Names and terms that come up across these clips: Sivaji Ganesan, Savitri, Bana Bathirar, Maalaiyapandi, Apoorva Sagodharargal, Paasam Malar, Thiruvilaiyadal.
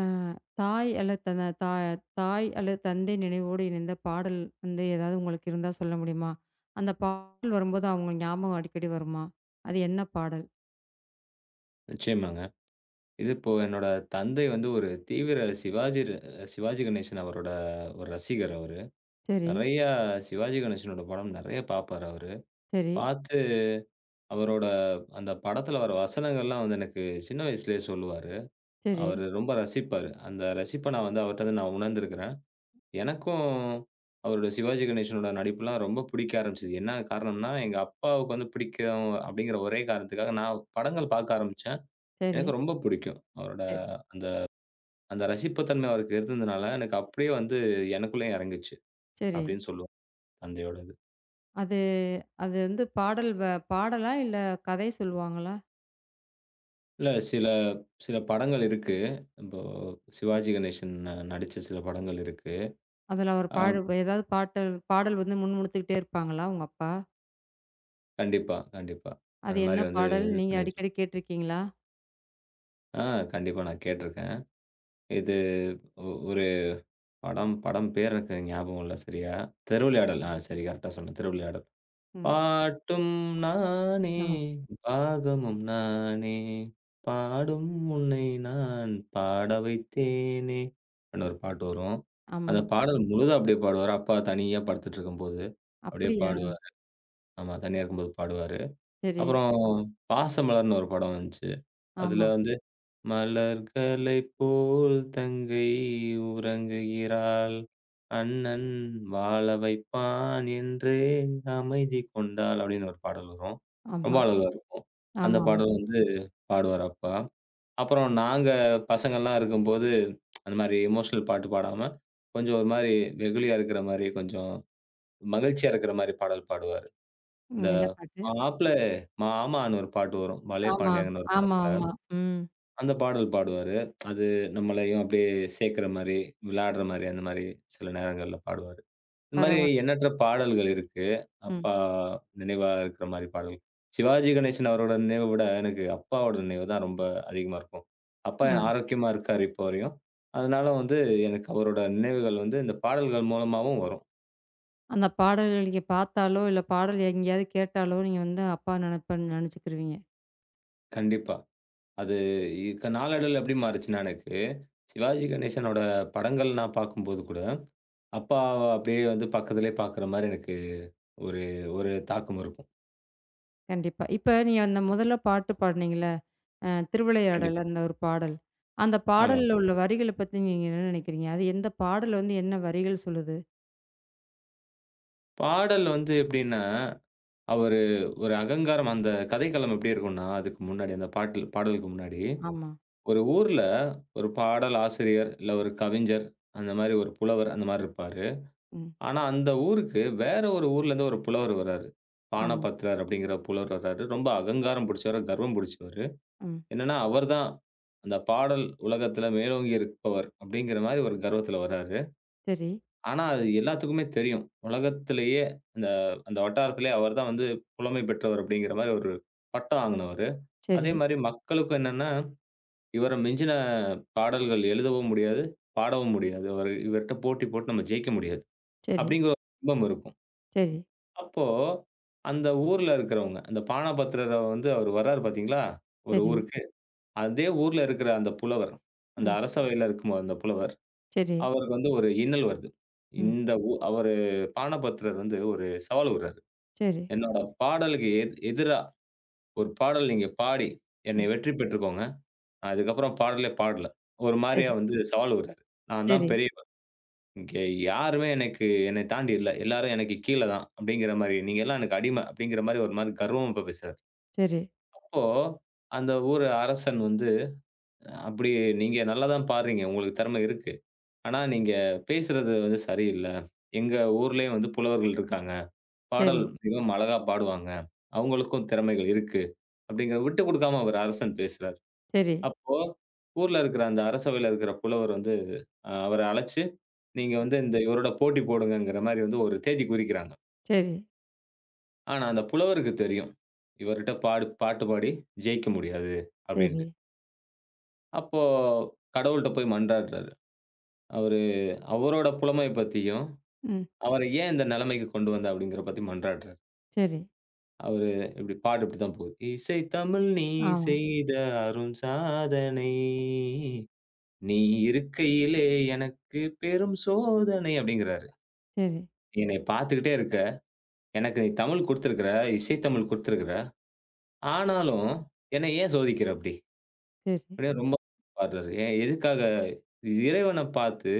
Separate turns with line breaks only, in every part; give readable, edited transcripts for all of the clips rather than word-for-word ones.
அ தாய் அல்லது தன தா தாய் அல்லது தந்தை நினைவோடு இணைந்த பாடல் வந்து ஏதாவது உங்களுக்கு இருந்தா சொல்ல முடியுமா? அந்த பாடல் வரும்போது அவங்க ஞாபகம் அடிக்கடி வருமா? அது என்ன பாடல்?
நிச்சயமாங்க. இப்போ என்னோட தந்தை ஒரு தீவிர சிவாஜி கணேசன் அவரோட ஒரு ரசிகர் அவரு.
சரி,
நெறையா சிவாஜி கணேசனோட படம் நெறைய பார்ப்பாரு அவரு.
சரி,
பார்த்து அவரோட அந்த படத்துல வர வசனங்கள்லாம் எனக்கு சின்ன வயசுலயே சொல்லுவாரு.
சரி,
அவரு ரொம்ப ரசிப்பாரு. அந்த ரசிப்ப நான் அவர்ட்ட நான் உணர்ந்திருக்கிறேன். எனக்கும் அவரோட சிவாஜி கணேசனோட நடிப்புலாம் ரொம்ப பிடிக்க ஆரம்பிச்சது. என்ன காரணம்னா, எங்க அப்பாவுக்கு பிடிக்கும் அப்படிங்கிற ஒரே காரணத்துக்காக நான் படங்கள் பார்க்க ஆரம்பிச்சேன்.
சரி,
எனக்கு ரொம்ப பிடிக்கும். அவரோட
சரி,
அந்த அந்த ரசிப்புத்தன்மை அவருக்கு இருந்ததுனால, எனக்கு அப்படியே எனக்குள்ளேயும் இறங்குச்சு,
சரி.
அப்படின்னு சொல்லுவேன். தந்தையோட இது.
அது அது வந்து பாடல் வ பாடலா? இல்ல கதை சொல்லுவாங்களா?
இல்ல சில சில படங்கள் இருக்கு. இப்போ சிவாஜி கணேசன் நடிச்ச சில படங்கள் இருக்கு.
அதில ஒரு
அ
பாடு ஏதாவது பாட்டல் பாடல் வந்து முணுமுணுத்துக்கிட்டே இருப்பாங்களா உங்க அப்பா?
கண்டிப்பா, கண்டிப்பா.
அது
அந்த
என்ன
மாரி
பாடல்?
இது
நீங்க
பண்ணிட்டு
அடிக்கடி கேட்டிருக்கீங்களா?
ஆ கண்டிப்பா நான் கேட்டுருக்கேன். இது ஒரு படம் படம் பேர் எனக்கு ஞாபகம் இல்ல சரியா. திருவிளையாடல். ஆ சரி கரெக்ட்டா சொன்னேன். திருவிளையாடல்.
ம்.
பாட்டும் நானே,
ஆ.
பாகமும் நானே, பாடும் உன்னை நான் பாட வைத்தேனே! அப்படின்னு ஒரு பாட்டு வரும்.
ஆமா.
அந்த பாடல் முழுதா அப்படியே பாடுவாரு. அப்பா தனியா படுத்துட்டுருக்கும்போது, அப்படியே
அப்படியா?
பாடுவாரு. ஆமா, தனியா இருக்கும்போது பாடுவாரு.
சரி.
அப்புறம் பாசமலர்ன்னு ஒரு படம் வந்துச்சு.
ஆமா,
அதுல மலர்களைப் போல் தங்கை உறங்குகிறாள். அண்ணன் வாழ வைப்பான் என்றே அமைதி கொண்டாள் அப்படின்னு ஒரு பாடல் வரும். ரொம்ப
ஆமா,
அழகா இருக்கும். அந்த
ஆமா.
பாடல் பாடுவாரு அப்பா. அப்புறம் நாங்க பசங்கள்லாம் இருக்கும்போது, அந்த மாரி எமோஷனல் பாட்டு பாடாம, கொஞ்சம் ஒரு மாரி வெகுளியா இருக்கிற மாரி, கொஞ்சம் மகிழ்ச்சியா இருக்கிற மாரி பாடல் பாடுவாரு.
ம்.
இந்த
என்ன பாட்டு?
மாப்ள மாமான்னு ஒரு பாட்டு வரும்.
ஆமா,
மலையபாண்டியங்கன்னு ஒரு
ஆமா,
படத்துல.
ஆமா. ம்.
அந்த பாடல் பாடுவாரு. அது நம்மளையும் அப்படியே சேர்க்கிற மாரி, விளையாடுற மாரி, அந்த மாரி சில நேரங்கள்ல பாடுவாரு. இந்த மாரி
பரவால்ல.
எண்ணற்ற பாடல்கள் இருக்கு.
ம்.
அப்பா நினைவா இருக்கிற மாரி பாடல். சிவாஜி கணேசன் அவரோட நினைவ விட எனக்கு அப்பாவோட நினைவு தான் ரொம்ப அதிகமா இருக்கும். அப்பா
ஆ.
ஆரோக்கியமா இருக்காரு இப்போ வரையும். அதனால எனக்கு அவரோட நினைவுகள் இந்த பாடல்கள் மூலமாவும் வரும்.
அந்த பாடல்கள் நீங்க பார்த்தாலோ, இல்ல பாடல் எங்கேயாவது கேட்டாலோ, நீங்க வந்து அப்பா நினைப்பன்னு நினைச்சுக்குருவீங்க.
கண்டிப்பா. அது இ நாளடைவில எப்படி மாறுச்சுன்னா எனக்கு சிவாஜி கணேசனோட படங்கள் நான் பார்க்கும்போது கூட அப்பாவ அப்படியே பக்கத்திலேயே பார்க்குற மாரி எனக்கு ஒரு ஒரு தாக்கம் இருக்கும்.
கண்டிப்பா. இப்ப நீங்க அந்த முதல்ல பாட்டு பாடுனீங்கல்ல, திருவிளையாடல்
கண்டிப்பா.
அந்த ஒரு பாடல். அந்த
ஆமாங்க.
பாடல்ல உள்ள வரிகள பத்தி நீங்க என்ன நினைக்கிறீங்க? அது எந்த பாடல் வந்து என்ன வரிகள் சொல்லுது?
பாடல் எப்படின்னா, அவரு ஒரு அகங்காரம் அந்த கதைக்களம் எப்படி இருக்கும்னா, அதுக்கு முன்னாடி அந்த பாடலுக்கு முன்னாடி,
ஆமா.
ஒரு ஊர்ல ஒரு பாடல் ஆசிரியர், இல்ல ஒரு கவிஞர், அந்த மாரி ஒரு புலவர் அந்த மாரி இருப்பாரு.
ம்.
ஆனா அந்த ஊருக்கு வேற ஒரு ஊர்லேருந்து ஒரு புலவர் வராரு.
ஆமா.
பாணபத்திரர் அப்படிங்கிற புலவர் வராரு. ரொம்ப அகங்காரம் பிடிச்சவரு, கர்வம் பிடிச்சவரு.
ம்.
என்னன்னா, அவர் தான் அந்த பாடல் உலகத்தில மேலோங்கி இருப்பவர் அப்படிங்கிற மாரி ஒரு கர்வத்தில வராரு.
சரி,
ஆனா, அது எல்லாத்துக்குமே தெரியும். உலகத்திலேயே அந்த அந்த வட்டாரத்திலேயே அவர் தான் புலமை பெற்றவர் அப்படிங்கிற மாரி ஒரு பட்டம் வாங்குனவரு.
சரி,
அதே மாரி மக்களுக்கும் என்னன்னா, இவர மிஞ்சின பாடல்கள் எழுதவும் முடியாது, பாடவும் முடியாது. அவரு இவர்ட்ட போட்டி போட்டு நம்ம ஜெயிக்க முடியாது.
சரி,
அப்படிங்கிற ஒரு பிம்பம் இருக்கும்.
சரி,
அப்போ அந்த ஊர்ல இருக்கிறவங்க, அந்த பாணபத்திரர அவர் வராரு பார்த்தீங்களா? ஒரு
சரி.
ஊருக்கு. அதே ஊர்ல இருக்கிற அந்த புலவர், அந்த
ம்.
அரசவையில இருக்கும் அந்த புலவர்,
சரி.
அவருக்கு ஒரு இன்னல் வருது.
ம்.
இந்த ஊ அவரு பாணபத்திரர் ஒரு சவால் விடுறாரு.
சரி.
"என்னோட பாடலுக்கு எதிரா ஒரு பாடல் நீங்க பாடி என்னை
ம்.
வெற்றி பெற்றுக்கோங்க. நான் அதுக்கப்புறம் பாடலே பாடல." ஒரு மாரியா
சரி,
சவால் விடுறாரு. "நான் தான்
சரி,
பெரியவர். இங்க யாருமே எனக்கு என்னை தாண்டி இல்ல. எல்லாரும் எனக்கு கீழ தான்." அப்படிங்கிற மாரி. "நீங்க எல்லாம் எனக்கு அடிமை." அப்படிங்கிற மாரி ஒரு மாரி கர்வமா பேசுறாரு.
சரி,
அப்போ அந்த ஊர் அரசன் அப்படி நீங்க நல்லா தான் பாடுறீங்க. உங்களுக்கு திறமை இருக்கு. ஆனா நீங்க பேசுறது சரியில்ல. எங்க ஊர்லயும் புலவர்கள் இருக்காங்க.
சரி,
பாடல் மிகவும் அழகா பாடுவாங்க. அவங்களுக்கும் திறமைகள் இருக்கு. அப்படிங்கிற விட்டு குடுக்காம அவரு அரசன் பேசுறாரு.
சரி.
அப்போ ஊர்ல இருக்கிற அந்த அரசவையில இருக்கிற புலவர் அவர அழைச்சு, நீங்க இந்த இவரோட போட்டி போடுங்கங்கிற மாரி ஒரு தேதி குறிக்கிறாங்க.
சரி,
ஆனா அந்த புலவருக்கு தெரியும். இவர்கிட்ட பாட்டு பாடி ஜெயிக்க முடியாது
சரி.
அப்படின்ட்டு. அப்போ கடவுள்ட்ட போய் மன்றாடுறாரு. அவரு அவரோட புலமைய பத்தியும்,
ம்.
அவர ஏன் இந்த நிலைமைக்கு கொண்டு வந்த அப்படிங்கிற பத்தி மன்றாடுறாரு.
சரி.
அவரு இப்படி பாட்டு இப்படி தான் போகுது. இசை தமிழ் நீ
ஆமா.
செய்த அரும் சாதனை. நீ இருக்கையிலே எனக்கு பெரும் சோதனை அப்படிங்கிறாரு.
சரி,
நீ என்னைய பார்த்துக்கிட்டே இருக்க. எனக்கு நீ தமிழ் குடுத்திருக்கிற, இசை தமிழ் குடுத்திருக்கிற. ஆனாலும் என்னை ஏன் சோதிக்கிற அப்படி?
சரி,
அப்படியே ரொம்ப பாடுறாரு. ஏன் எதுக்காக? இறைவன பார்த்து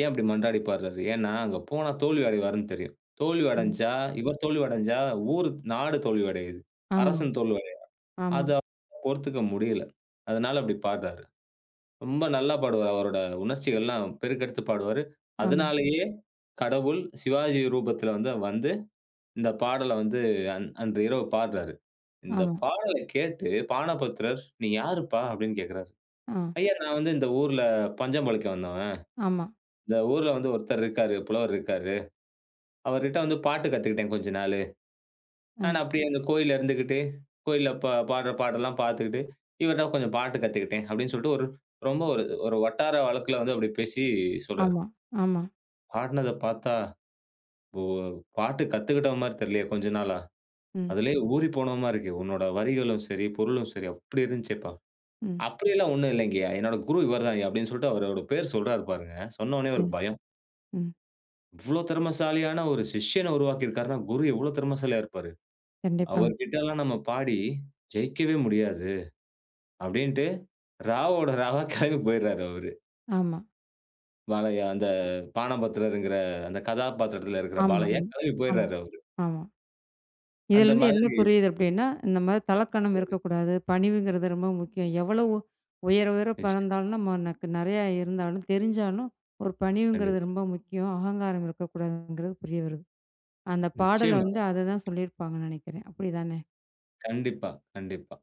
ஏன் அப்படி மன்றாடி பாடுறாரு? ஏன்னா, அங்க போனா தோல்வி அடைவாருன்னு தெரியும். தோல்வி
சரி.
அடைஞ்சா இவர் தோல்வி அடைஞ்சா ஊரு, நாடு தோல்வி அடையுது.
ஆமா,
அரசன் தோல்வி அடையுது.
ஆமா,
அத பொறுத்துக்க முடியல. அதனால அப்படி பாடுறாரு. ரொம்ப நல்லா பாடுவாரு. அவரோட உணர்ச்சிகள்லாம் பெருக்கெடுத்து பாடுவாரு.
ஆமா,
அதனாலேயே கடவுள் சிவாஜி ரூபத்துல வந்து வந்து இந்த பாடல அன்று இரவு பாடுறாரு. இந்த
ஆமா.
பாடல கேட்டு பாணபத்திரர், "நீ யாருப்பா?" அப்படின்னு கேட்கிறாரு.
ஆ,
ஐயா, நான் இந்த ஊர்ல பஞ்சம் பிழைக்க வந்தவன்.
ஆமா,
இந்த ஊர்ல ஒருத்தர் இருக்காரு, புலவர் இருக்காரு. அவர்கிட்ட பாட்டு கத்துக்கிட்டேன் கொஞ்ச நாளு.
ஆ,
நான் அப்படியே அந்த கோயில்ல இருந்துகிட்டு, கோயில்ல பாடுற பாட்டெல்லாம் பார்த்துக்கிட்டு, இவர்ட்ட கொஞ்சம் பாட்டு கத்துக்கிட்டேன் அப்படின்னு சொல்லிட்டு ஒரு ரொம்ப ஒரு ஒரு வட்டார வழக்குல அப்படி பேசி சொல்றாரு.
ஆமா, ஆமா.
பாடுனத பார்த்தா, ஓ பாட்டு கத்துக்கிட்ட மாரி தெரியலையே கொஞ்ச நாளா.
ம்,
அதுலயே ஊறி போன மாரி இருக்கு. உன்னோட வரிகளும் சரி, பொருளும் சரி அப்படி இருந்துச்சேப்பா.
ம்,
அப்படியெல்லாம் ஒண்ணும் இல்லைங்கய்யா. என்னோட குரு இவர் தான்யா அப்படின்னு சொல்லிட்டு அவரோட பேர் சொல்றாரு பாருங்க. சொன்ன உடனே
ம்,
அவருக்கு பயம்.
ம்.
இவ்ளோ திறமைசாலியான ஒரு சிஷ்யன உருவாக்கியிருக்காருன்னா, குரு எவ்ளோ திறமைசாலியா இருப்பாரு?
கண்டிப்பா.
அவர்கிட்டலாம் நம்ம பாடி ஜெயிக்கவே முடியாது. அப்டின்ட்டு ராவோட ராவா கெளம்பி போயிறாரு அவரு.
ஆமா,
பாலையா அந்த பானபத்திரர்ங்கிற அந்த கதாபாத்திரத்துல இருக்கிற
ஆமா,
பாலையா
ம்.
கெளம்பி
ஆமா,
போயிறாரு அவரு.
ஆமா.
அந்த
இதுலருந்து என்ன
மாதிரி
புரியுது அப்டின்னா, இந்த மாரி தலக்கணம் இருக்கக்கூடாது. பணிவுங்கிறது ரொம்ப முக்கியம். எவ்வளவு உயர உயர
நிச்சயம்,
பறந்தாலும் நமக்கு நெறையா இருந்தாலும், தெரிஞ்சாலும் ஒரு பணிவுங்கிறது
கண்டிப்பா.
ரொம்ப முக்கியம். அகங்காரம் இருக்கக்கூடாதுங்கிறது புரிய வருது. அந்த பாடல்
நிச்சயமா.
வந்து அததான் சொல்லியிருப்பாங்கன்னு நினைக்கிறேன். அப்படிதானே?
கண்டிப்பா, கண்டிப்பா.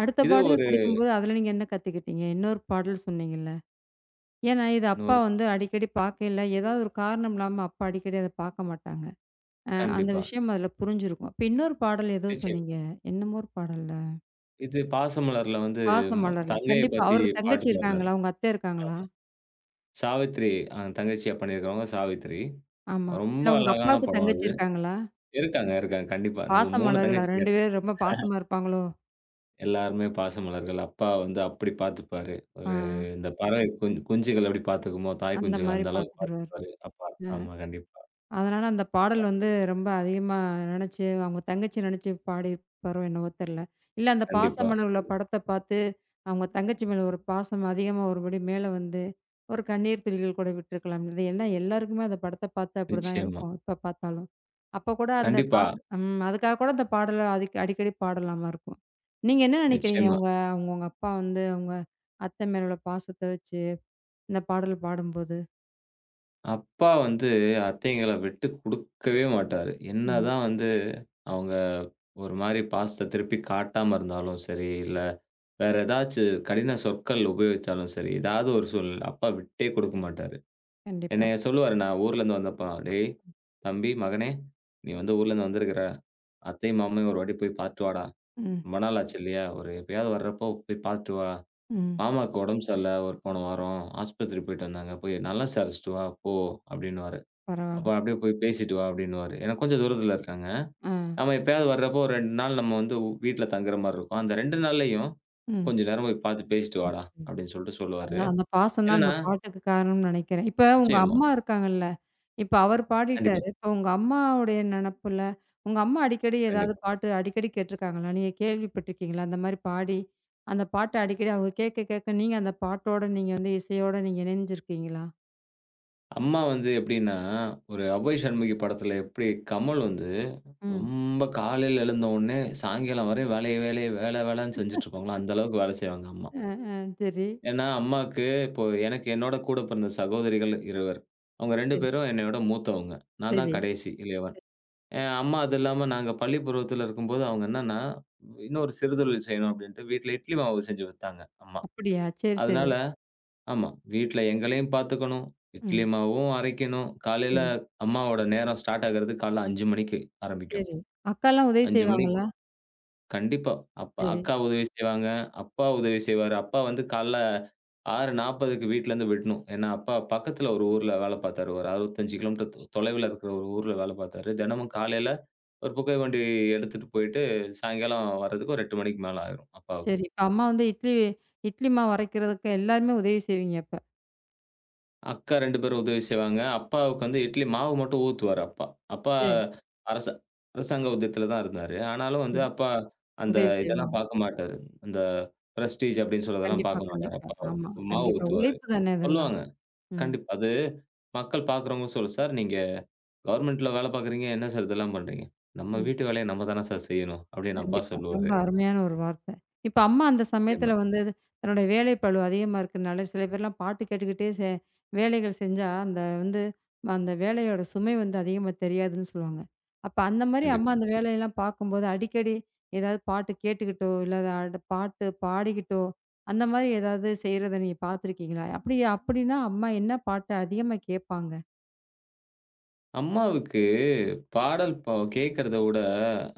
அடுத்த
இது
பாடல்
ஒரு
படிக்கும்போது அதுல நீங்க என்ன கத்துக்கிட்டீங்க? இன்னொரு பாடல் சொன்னீங்கல்ல? ஏன்னா இது அப்பா
இன்னொரு
வந்து அடிக்கடி பார்க்கையில, ஏதாவது ஒரு காரணம் இல்லாம அப்பா அடிக்கடி அத பார்க்க மாட்டாங்க. அந்த
கண்டிப்பா.
விஷயம் அதுல புரிஞ்சிருக்கும். இப்ப இன்னொரு பாடல் ஏதோ
நிச்சயம்.
சொன்னீங்க. என்னமோ ஒரு பாடல்ல?
இது பாசமலர்ல
பாசமலர்ல.
தங்கைய
கண்டிப்பா
பத்தி
அவருக்கு
பாட்டு
தங்கச்சி
பாடுறாரு.
இருக்காங்களா? உங்க அத்தை இருக்காங்களா?
சாவித்திரி. தங்கச்சியா பண்ணியிருக்கிறவங்க சாவித்திரி.
ஆமா.
ரொம்ப
இல்ல உங்க
அழகான
அப்பாவுக்கு
படம்
தங்கச்சி
அது.
இருக்காங்களா?
இருக்காங்க, இருக்காங்க. கண்டிப்பா. நம்ம 3
பாசமலர்களா?
தங்கச்சிங்க.
2 பேரும் ரொம்ப பாசமா இருப்பாங்களோ?
எல்லாருமே பாசமலர்கள். அப்பா அப்படி பார்த்துப்பாரு.
ஆ
ஒரு இந்த பறவை குஞ்சுகள் எப்படி பார்த்துக்குமோ, தாய்
அந்த
குஞ்சுகள்
மாரி
அந்த அளவுக்கு
பார்த்துக்குருவாரு.
பார்த்துப்பாரு அப்பா. ஆமா, கண்டிப்பா.
அதனால அந்த பாடல் வந்து ரொம்ப அதிகமா நெனச்சு, அவங்க தங்கச்சிய நெனச்சு பாடியிருப்பாரோ என்னவோ தெர்ல. இல்ல அந்த
கண்டிப்பா.
பாசமலர் உள்ள படத்த பாத்து, அவங்க தங்கச்சி மேல ஒரு பாசம் அதிகமா ஒருபடி மேல வந்து, ஒரு கண்ணீர் துளிகள் கூட விட்டுருக்கலாம். இது ஏன்னா எல்லாருக்குமே அந்த படத்த பாத்து அப்படிதான்
நிச்சயமா.
இருக்கும், எப்ப பாத்தாலும். அப்ப கூட அந்த
கண்டிப்பா.
பாச ம். அதுக்காக கூட அந்த பாடல அதுக்கு அடிக்கடி பாடலாமா இருக்கும். நீங்க என்ன நெனைக்கிறீங்க?
நிச்சயமா.
உங்க அப்பா வந்து அவங்க அத்த மேல உள்ள பாசத்த வச்சு, இந்த பாடல் பாடும்போது?
அப்பா அத்தைங்கள விட்டு குடுக்கவே மாட்டாரு.
ம்.
என்னதான் அவங்க ஒரு மாரி பாசத்த திருப்பி காட்டாம இருந்தாலும் சரி, இல்ல வேற ஏதாச்சு கடின சொற்கள் உபயோகிச்சாலும் சரி, ஏதாவது ஒரு சூழ்நிலை அப்பா விட்டே குடுக்க மாட்டாரு.
கண்டிப்பா.
என்னைய சொல்லுவாரு நான் ஊர்லேருந்து வந்தப்ப, "டேய் தம்பி, மகனே நீ ஊர்லேருந்து வந்திருக்கிற. அத்தையும் மாமையும் ஒரு வாட்டி போய் பார்த்துட்டு வாடா.
ம்.
ரொம்ப நாள் ஆச்சு இல்லையா? ஒரு எப்பயாவது வர்றப்போ போய் பார்த்துட்டு வா.
ம்.
மாமாவுக்கு உடம்பு சரியில்ல ஒரு போன வாரம். ஆஸ்பத்திரி போயிட்டு வந்தாங்க. போய் நல்லா விசாரிச்சுட்டு வா போ" அப்டின்னுவாரு. அப்ப
பரவால்ல.
அப்படியே போய் பேசிட்டு வா அப்படின்னுவாரு. ஏன்னா கொஞ்சம் தூரத்துல இருக்காங்க.
ஆ.
நம்ம எப்பயாவது வர்றப்போ ஒரு 2 நாள் நம்ம வீட்ல தங்குற மாரி இருக்கும். அந்த 2 நாள்லயும்
ம்.
கொஞ்ச நேரம் போய் பார்த்து பேசிட்டு வாடா
பாத்து
அப்படின்னு சொல்லிட்டு சொல்லுவாரு.
அதான் அந்த பாசம் தான் அந்த
என்னன்னா
பாட்டுக்கு காரணம்னு நினைக்கிறேன். இப்ப உங்க
நிச்சயமா.
அம்மா இருக்காங்கல்ல, இப்ப அவரு
கண்டிப்பா,
பாடிட்டாரு. இப்ப உங்க அம்மாவுடைய நெனப்புல, உங்க அம்மா அடிக்கடி ஏதாவது
கண்டிப்பா.
பாட்டு அடிக்கடி கேட்டுருக்காங்களா? நீங்க கேள்விப்பட்டுருக்கீங்களா? அந்த மாரி பாடி, அந்த பாட்ட அடிக்கடி அவங்க கேட்க, கேட்க நீங்க அந்த பாட்டோட நீங்க வந்து இசையோட நீங்க இணைஞ்சிருக்கீங்களா?
அம்மா எப்படின்னா, ஒரு அபோய் சண்முகி படத்துல எப்படி கமல்
ம்.
ரொம்ப காலையில எழுந்த உடனே சாயங்காலம் வரையும் வேலைய வேலைய வேலை வேலைன்னு செஞ்சுட்டு இருப்பாங்களோ, அந்த அளவுக்கு வேலை செய்வாங்க அம்மா.
அ, அ. சரி,
ஏன்னா அம்மாக்கு இப்போ எனக்கு என்னோட கூட பிறந்த சகோதரிகள் இருவர். அவங்க 2
சரி,
பேரும் என்னைவிட மூத்தவங்க. நான் தான்
சரி.
கடைசி இளையவன். அம்மா அது இல்லாம நாங்க பள்ளி பருவத்தில இருக்கும்போது, அவங்க என்னன்னா, இன்னொரு சிறுதொழில் செய்யணும் அப்படின்ட்டு வீட்ல இட்லி மாவு செஞ்சு வித்தாங்க அம்மா.
அப்படியா? சரி, சரி.
அதனால ஆமா. வீட்ல எங்களையும் பார்த்துக்கணும், இட்லி
ம்.
மாவும் அரைக்கணும். காலையில
சரி,
அம்மாவோட நேரம் ஸ்டார்ட் ஆகுறது காலைல 5:00 மணிக்கு ஆரம்பிக்கும்.
சரி. அக்காலாம் உதவி
5:00 மணி
செய்வாங்களா?
கண்டிப்பா. அப்ப
சரி.
அக்கா உதவி செய்வாங்க. அப்பா உதவி செய்வாரு. அப்பா காலைல 6:40க்கு வீட்லருந்து விடணும். ஏன்னா, அப்பா பக்கத்துல ஒரு ஊர்ல வேல பார்த்தாரு. ஒரு 65 கிலோமீட்டர் தொலைவுல இருக்கிற ஒரு ஊர்ல வேல பார்த்தாரு. தினமும் காலையில ஒரு புகை வண்டி எடுத்துட்டு போயிட்டு, சாயங்காலம் வர்றதுக்கு ஒரு 8 மணிக்கு மேல ஆயிரும் அப்பாவுக்கு.
சரி. இப்ப அம்மா வந்து இட்லி இட்லி மாவு அரைக்கிறதுக்கு எல்லாருமே உதவி செய்வீங்க அப்ப.
அக்கா 2 பேரும் உதவி செய்வாங்க. அப்பாவுக்கு இட்லி மாவு மட்டும் ஊத்துவாரு அப்பா. அப்பா
சரி,
அரச அரசாங்க உத்தியோகத்தில தான் இருந்தாரு. ஆனாலும்
சரி.
அப்பா அந்த
உதவி
இதெல்லாம்
செய்வாங்க.
பார்க்க மாட்டாரு. அந்த பிரஸ்டீஜ் அப்படின்னு சொல்றதெல்லாம்
கண்டிப்பா,
பார்க்க மாட்டாரு.
கண்டிப்பா.
அப்பா
ஆமா.
மாவு
கண்டிப்பா.
ஊத்துவாரு.
உழைப்பு தானே இதெல்லாம்.
சொல்லுவாங்க.
ம்.
கண்டிப்பா. அது மக்கள் பார்க்குறவங்க சொல்லு, "சார் நீங்க கவர்மெண்ட்ல வேலை பார்க்குறீங்க. என்ன சார் இதெல்லாம் பண்றீங்க?" "நம்ம
ம்.
வீட்டு வேலைய நம்ம தானே சார் செய்யணும்." அப்படின்னு அப்பா
கண்டிப்பா. ரொம்ப
சொல்லுவாரு.
அருமையான ஒரு வார்த்தை. இப்ப அம்மா அந்த சமயத்துல
நிச்சயமா.
வந்து தன்னுடைய வேலை பளு அதிகமா இருக்கனால, சில பேர்லாம் பாட்டு கேட்டுக்கிட்டே வேலைகள் செஞ்சா, அந்த வந்து அந்த வேலையோட சுமை வந்து அதிகமா தெரியாதுன்னு சொல்லுவாங்க. அப்ப அந்த மாரி அம்மா
கண்டிப்பா.
அந்த வேலையெல்லாம் பார்க்கும்போது, அடிக்கடி ஏதாவது பாட்டு கேட்டுக்கிட்டோ, இல்ல அட பாட்டு பாடிக்கிட்டோ, அந்த மாரி ஏதாவது செய்றத நீங்க பார்த்துருக்கீங்களா? அப்படி அப்படின்னா, அம்மா என்ன பாட்டு அதிகமா கேட்பாங்க?
அம்மாவுக்கு பாடல் கேட்கிறத விட,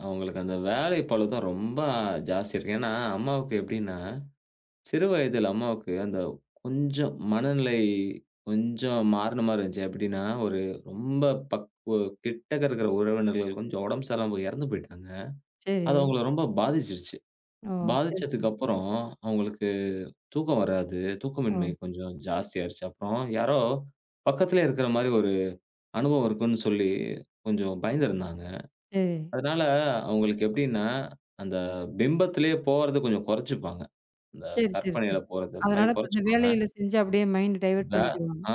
அவங்களுக்கு அந்த வேலை பளு தான் ரொம்ப ஜாஸ்தி இருக்கு. ஏன்னா, அம்மாவுக்கு எப்படின்னா, சிறு வயதில அம்மாவுக்கு அந்த கொஞ்சம் மனநிலை மாறுன மாரி இருந்துச்சு. எப்படின்னா, ஒரு ரொம்ப பக்குவ கிட்டக்க இருக்கிற உறவினர்கள் கொஞ்சம் உடம்பு சரியில்லாம போய் இறந்து போயிட்டாங்க.
சரி.
அது அவங்கள ரொம்ப பாதிச்சிருச்சு.
ஓ! சரி, சரி.
பாதிச்சதுக்கு அப்புறம் அவங்களுக்கு தூக்கம் வராது.
ஓ!
தூக்கமின்மை கொஞ்சம் ஜாஸ்தியாயிருச்சு. அப்புறம் யாரோ பக்கத்திலே இருக்கிற மாரி ஒரு அனுபவம் இருக்குன்னு சொல்லி கொஞ்சம் பயந்திருந்தாங்க.
சரி.
அதனால அவங்களுக்கு எப்படின்னா, அந்த பிம்பத்திலேயே போறது கொஞ்சம் குறைச்சுப்பாங்க. இந்த
சரி.
கற்பனையில போறது அந்த மாரி
அதனால இப்ப இந்த
குறைச்சுப்பாங்க.
வேலையில செஞ்சு அப்படியே மைண்ட் டைவர்ட்
இந்த
பண்ணிக்குவாங்க.
ஆ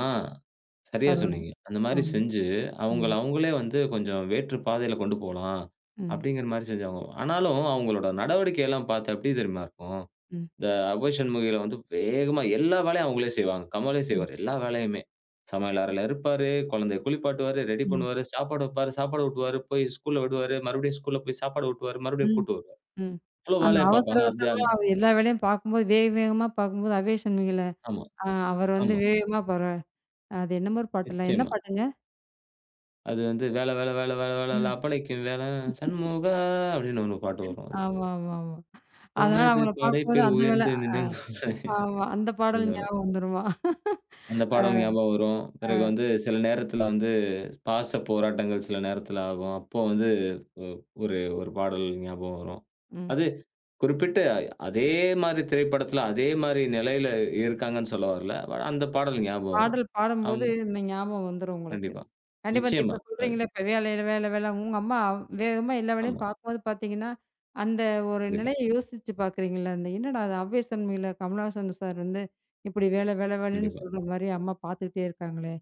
சரியா
பரவால்ல.
சொன்னீங்க. அந்த
ஆ.
மாரி செஞ்சு அவங்கள
ம்.
அவங்களே கொஞ்சம் வேற்று பாதையில கொண்டு போலாம்.
ம்.
அப்படிங்கிற மாரி செஞ்சாங்க. ஆனாலும் அவங்களோட நடவடிக்கை எல்லாம் பார்த்தா எப்படி தெரியுமா இருக்கும்?
ம்.
இந்த அபோய் சண்முகில வேகமா எல்லா வேலையும் அவங்களே செய்வாங்க. கமலே
ம்.
செய்வாரு. எல்லா வேலையுமே. சமையல் அறையில இருப்பாரு, குழந்தைய குளிப்பாட்டுவாரு, ரெடி
ம்.
பண்ணுவாரு, சாப்பாடு வைப்பாரு, சாப்பாடு ஊட்டுவாரு, போய் ஸ்கூல்ல விடுவாரு, மறுபடியும் ஸ்கூல்ல போய் சாப்பாடு ஊட்டுவாரு, மறுபடியும்
ம்.
கூட்டு வருவாரு.
ம்.
இவ்ளோ
அந்த
வேலைய
அவசர
பார்ப்பாங்க. அது
அவசரமா
அந்த
அவர் எல்லா வேலையும் பார்க்கும்போது, வேக வேகமா பார்க்கும்போது அவே சொன்னீங்கல்ல,
ஆமா,
ஆ அவர் வந்து
ஆமா.
வேகமா போறாரு. அது என்னமோ ஒரு பாட்டுல. என்ன
நிச்சயமா.
பாட்டுங்க?
அது "வேல வேல வேல வேல வேல
ம்.
அப்படைக்கும் வேல சண்முகா" அப்படின்னு ஒண்ணு பாட்டு வரும் அது.
ஆமா. அதனால
"உனது
அவங்கள பார்க்கும்போது
படைப்பில்
அந்த வேலை
உயர்ந்து நின்னுங்க"
ஆமா. அந்த பாடல் ஞாபகம் வந்துருமா?
அந்த பாடல்
ஆ.
ஞாபகம் வரும். பிறகு சில நேரத்தில பாச போராட்டங்கள் சில நேரத்தில ஆகும். அப்போ ஒ ஒரு ஒரு பாடல் ஞாபகம் வரும்.
ம்.
அது குறிப்பிட்டு அதே மாரி திரைப்படத்தில, அதே மாரி நிலையில இருக்காங்கன்னு சொல்ல வரல. but அந்த பாடல் ஞாபகம் வரும்.
பாடல் பாடும்போது
அம்
இந்த ஞாபகம் வந்துரும் உங்களுக்கு.
கண்டிப்பா.
கண்டிப்பா. இந்த இப்ப
நிச்சயமா. அது
சொல்றீங்கள்ல, இப்ப வேலை, வேலை, வேலை உங்க அம்மா வேகமா எல்லா வேலையும்
ஆமா.
பார்க்கும்போது பார்த்தீங்கன்னா, அந்த ஒரு
கண்டிப்பா,
நிலைய யோசிச்சு பார்க்குறீங்கள்ல, அந்த என்னடா அது ஆவேசன்மையில கமலஹாசன் சார் வந்து இப்படி வேலை, வேலை, வேலைன்னு
கண்டிப்பா.
சொல்ற மாரி அம்மா பார்த்துக்கிட்டே இருக்காங்களே!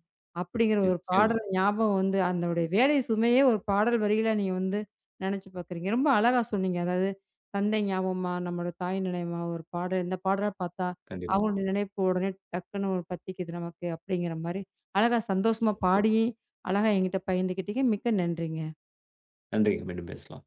அப்படிங்கிற ஒரு
நிச்சயமா.
பாடல் ஞாபகம் வந்து அதனுடைய வேலை சுமையே ஒரு பாடல் வரிகளா நீங்க வந்து நெனச்சு பார்க்குறீங்க. ரொம்ப அழகா சொன்னீங்க. அதாவது தந்தை ஞாபகமா, நம்மளோட தாய் நினைவுமா ஒரு பாடல் இந்த பாடல பார்த்தா
கண்டிப்பா.
அவங்களுடைய நினைப்பு உடனே டக்குன்னு ஒரு பத்திக்குது நமக்கு அப்படிங்கிற மாரி அழகா சந்தோஷமா பாடியும் அழகா என்கிட்ட பகிர்ந்துக்கிட்டீங்க. மிக்க நன்றிங்க.
நன்றிங்க. மீண்டும் பேசலாம்.